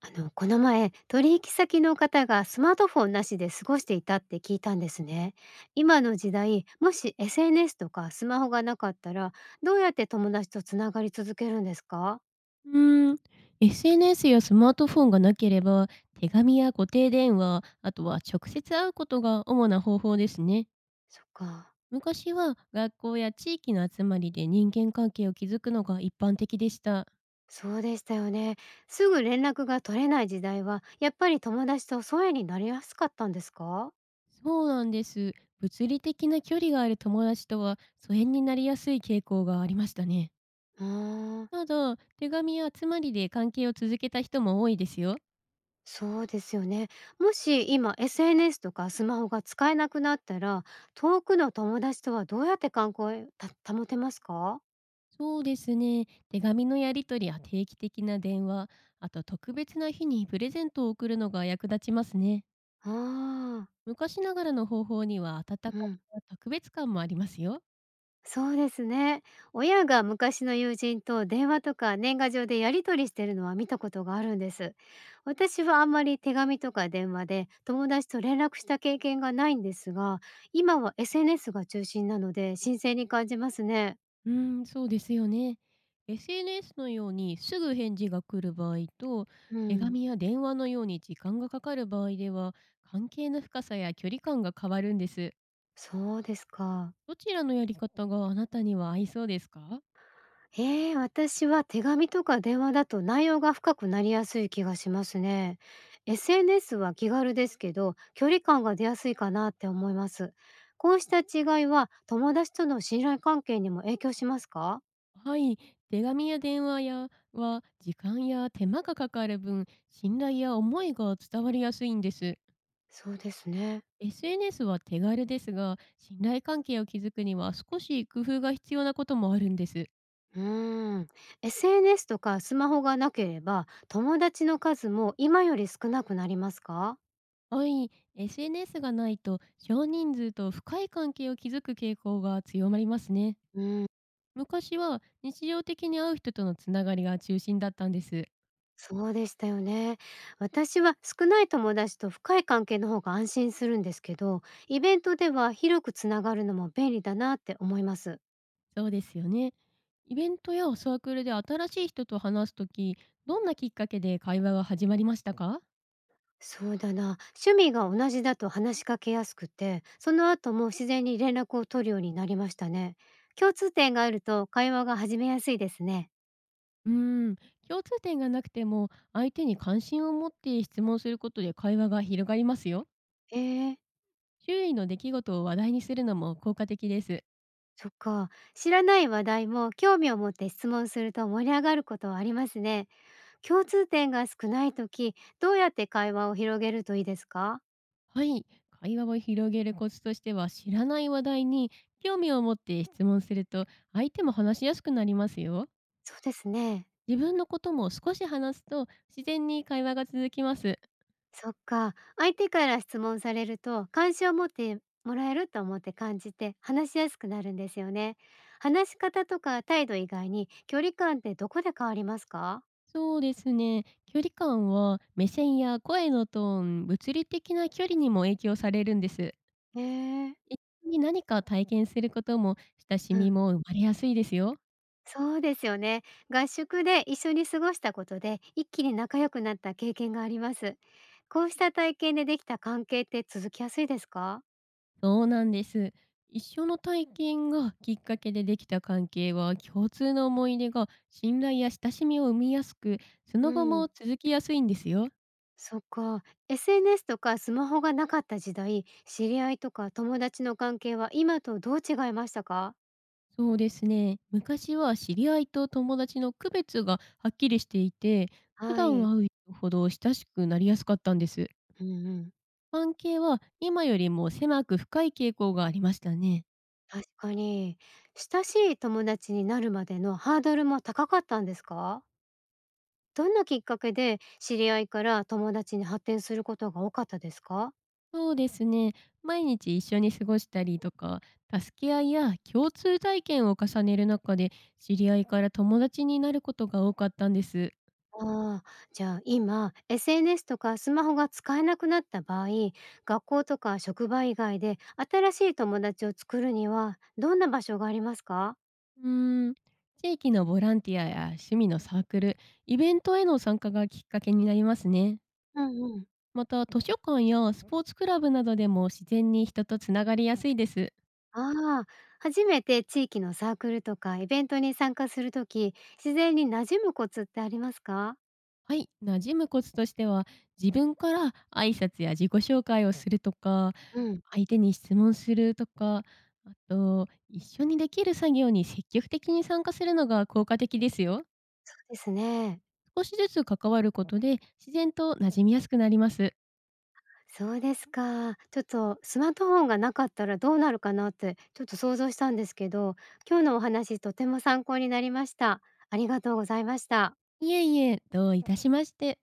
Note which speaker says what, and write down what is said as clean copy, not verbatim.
Speaker 1: この前、取引先の方がスマートフォンなしで過ごしていたって聞いたんですね。今の時代、もし SNS とかスマホがなかったら、どうやって友達とつながり続けるんですか？
Speaker 2: うーん、SNS やスマートフォンがなければ、手紙や固定電話、あとは直接会うことが主な方法ですね。
Speaker 1: そっか、
Speaker 2: 昔は学校や地域の集まりで人間関係を築くのが一般的でした。
Speaker 1: そうでしたよね。すぐ連絡が取れない時代は、やっぱり友達と疎遠になりやすかったんですか？
Speaker 2: そうなんです。物理的な距離がある友達とは疎遠になりやすい傾向がありましたね。
Speaker 1: うーん、
Speaker 2: ただ、手紙や集まりで関係を続けた人も多いですよ。
Speaker 1: そうですよね。もし今 SNS とかスマホが使えなくなったら、遠くの友達とはどうやって関係を保てますか？
Speaker 2: そうですね。手紙のやり取りや定期的な電話、あと特別な日にプレゼントを送るのが役立ちますね。
Speaker 1: ああ、
Speaker 2: 昔ながらの方法には温
Speaker 1: う
Speaker 2: かみ
Speaker 1: ん。
Speaker 2: や特別感もありますよ。
Speaker 1: そうですね。親が昔の友人と電話とか年賀状でやり取りしてるのは見たことがあるんです。私はあんまり手紙とか電話で友達と連絡した経験がないんですが、今は SNS が中心なので新鮮に感じますね。
Speaker 2: うーん、そうですよね。SNS のようにすぐ返事が来る場合と、
Speaker 1: う
Speaker 2: 手
Speaker 1: ん、
Speaker 2: 紙や電話のように時間がかかる場合では、関係の深さや距離感が変わるんです。
Speaker 1: そうですか。
Speaker 2: どちらのやり方があなたには合いそうですか？
Speaker 1: ええ、私は手紙とか電話だと内容が深くなりやすい気がしますね。SNS は気軽ですけど、距離感が出やすいかなって思います。こうした違いは友達との信頼関係にも影響しますか？
Speaker 2: はい、手紙や電話やは時間や手間がかかる分、信頼や思いが伝わりやすいんです。
Speaker 1: そうですね。
Speaker 2: SNS は手軽ですが、信頼関係を築くには少し工夫が必要なこともあるんです。
Speaker 1: うーん。SNS とかスマホがなければ友達の数も今より少なくなりますか？
Speaker 2: はい、SNS がないと少人数と深い関係を築く傾向が強まりますね。
Speaker 1: うー
Speaker 2: 昔は日常的に会う人とのつながりが中心だったんです。
Speaker 1: そうでしたよね。私は少ない友達と深い関係の方が安心するんですけど、イベントでは広くつながるのも便利だなって思います。
Speaker 2: そうですよね。イベントやサークルで新しい人と話すとき、どんなきっかけで会話が始まりましたか？
Speaker 1: そうだな。趣味が同じだと話しかけやすくて、その後も自然に連絡を取るようになりましたね。共通点があると会話が始めやすいですね。
Speaker 2: うーん、共通点がなくても相手に関心を持って質問することで会話が広がりますよ。
Speaker 1: えー、
Speaker 2: 周囲の出来事を話題にするのも効果的です。
Speaker 1: そっか。知らない話題も興味を持って質問すると盛り上がることはありますね。共通点が少ない時、どうやって会話を広げるといいですか？
Speaker 2: はい、会話を広げるコツとしては、知らない話題に興味を持って質問すると、相手も話しやすくなりますよ。
Speaker 1: そうですね。
Speaker 2: 自分のことも少し話すと、自然に会話が続きます。
Speaker 1: そっか。相手から質問されると、関心を持ってもらえると思って感じて、話しやすくなるんですよね。話し方とか態度以外に、距離感ってどこで変わりますか？
Speaker 2: そうですね。距離感は目線や声のトーン、物理的な距離にも影響されるんです。
Speaker 1: へえ。
Speaker 2: 一緒に何か体験することも、親し
Speaker 1: う
Speaker 2: み
Speaker 1: ん。
Speaker 2: も生まれやすいですよ。
Speaker 1: そうですよね。合宿で一緒に過ごしたことで、一気に仲良くなった経験があります。こうした体験でできた関係って続きやすいですか？
Speaker 2: そうなんです。一緒の体験がきっかけでできた関係は、共通の思い出が信頼や親しみを生みやすく、そ
Speaker 1: う
Speaker 2: の後も
Speaker 1: ん。
Speaker 2: 続きやすいんですよ。
Speaker 1: そっか。SNS とかスマホがなかった時代、知り合いとか友達の関係は今とどう違いましたか？
Speaker 2: そうですね。昔は知り合いと友達の区別がはっきりしていて、普
Speaker 1: は
Speaker 2: 段
Speaker 1: い。
Speaker 2: 会う人ほど親しくなりやすかったんです。
Speaker 1: うんうん。
Speaker 2: 関係は今よりも狭く深い傾向がありましたね。
Speaker 1: 確かに。親しい友達になるまでのハードルも高かったんですか？どんなきっかけで知り合いから友達に発展することが多かったですか？
Speaker 2: そうですね。毎日一緒に過ごしたりとか、助け合いや共通体験を重ねる中で、知り合いから友達になることが多かったんです。
Speaker 1: ああ、じゃあ今、SNS とかスマホが使えなくなった場合、学校とか職場以外で新しい友達を作るにはどんな場所がありますか？
Speaker 2: うーん、地域のボランティアや趣味のサークル、イベントへの参加がきっかけになりますね。
Speaker 1: うんうん。
Speaker 2: また、図書館やスポーツクラブなどでも自然に人とつながりやすいです。
Speaker 1: ああ、初めて地域のサークルとかイベントに参加するとき、自然に馴染むコツってありますか？
Speaker 2: はい、馴染むコツとしては、自分から挨拶や自己紹介をするとか、
Speaker 1: うん。
Speaker 2: 相手に質問するとか、あと、一緒にできる作業に積極的に参加するのが効果的ですよ。
Speaker 1: そうですね。
Speaker 2: 少しずつ関わることで、自然と馴染みやすくなります。
Speaker 1: そうですか。ちょっとスマートフォンがなかったらどうなるかなってちょっと想像したんですけど、今日のお話とても参考になりました。ありがとうございました。
Speaker 2: いえいえ、どういたしまして。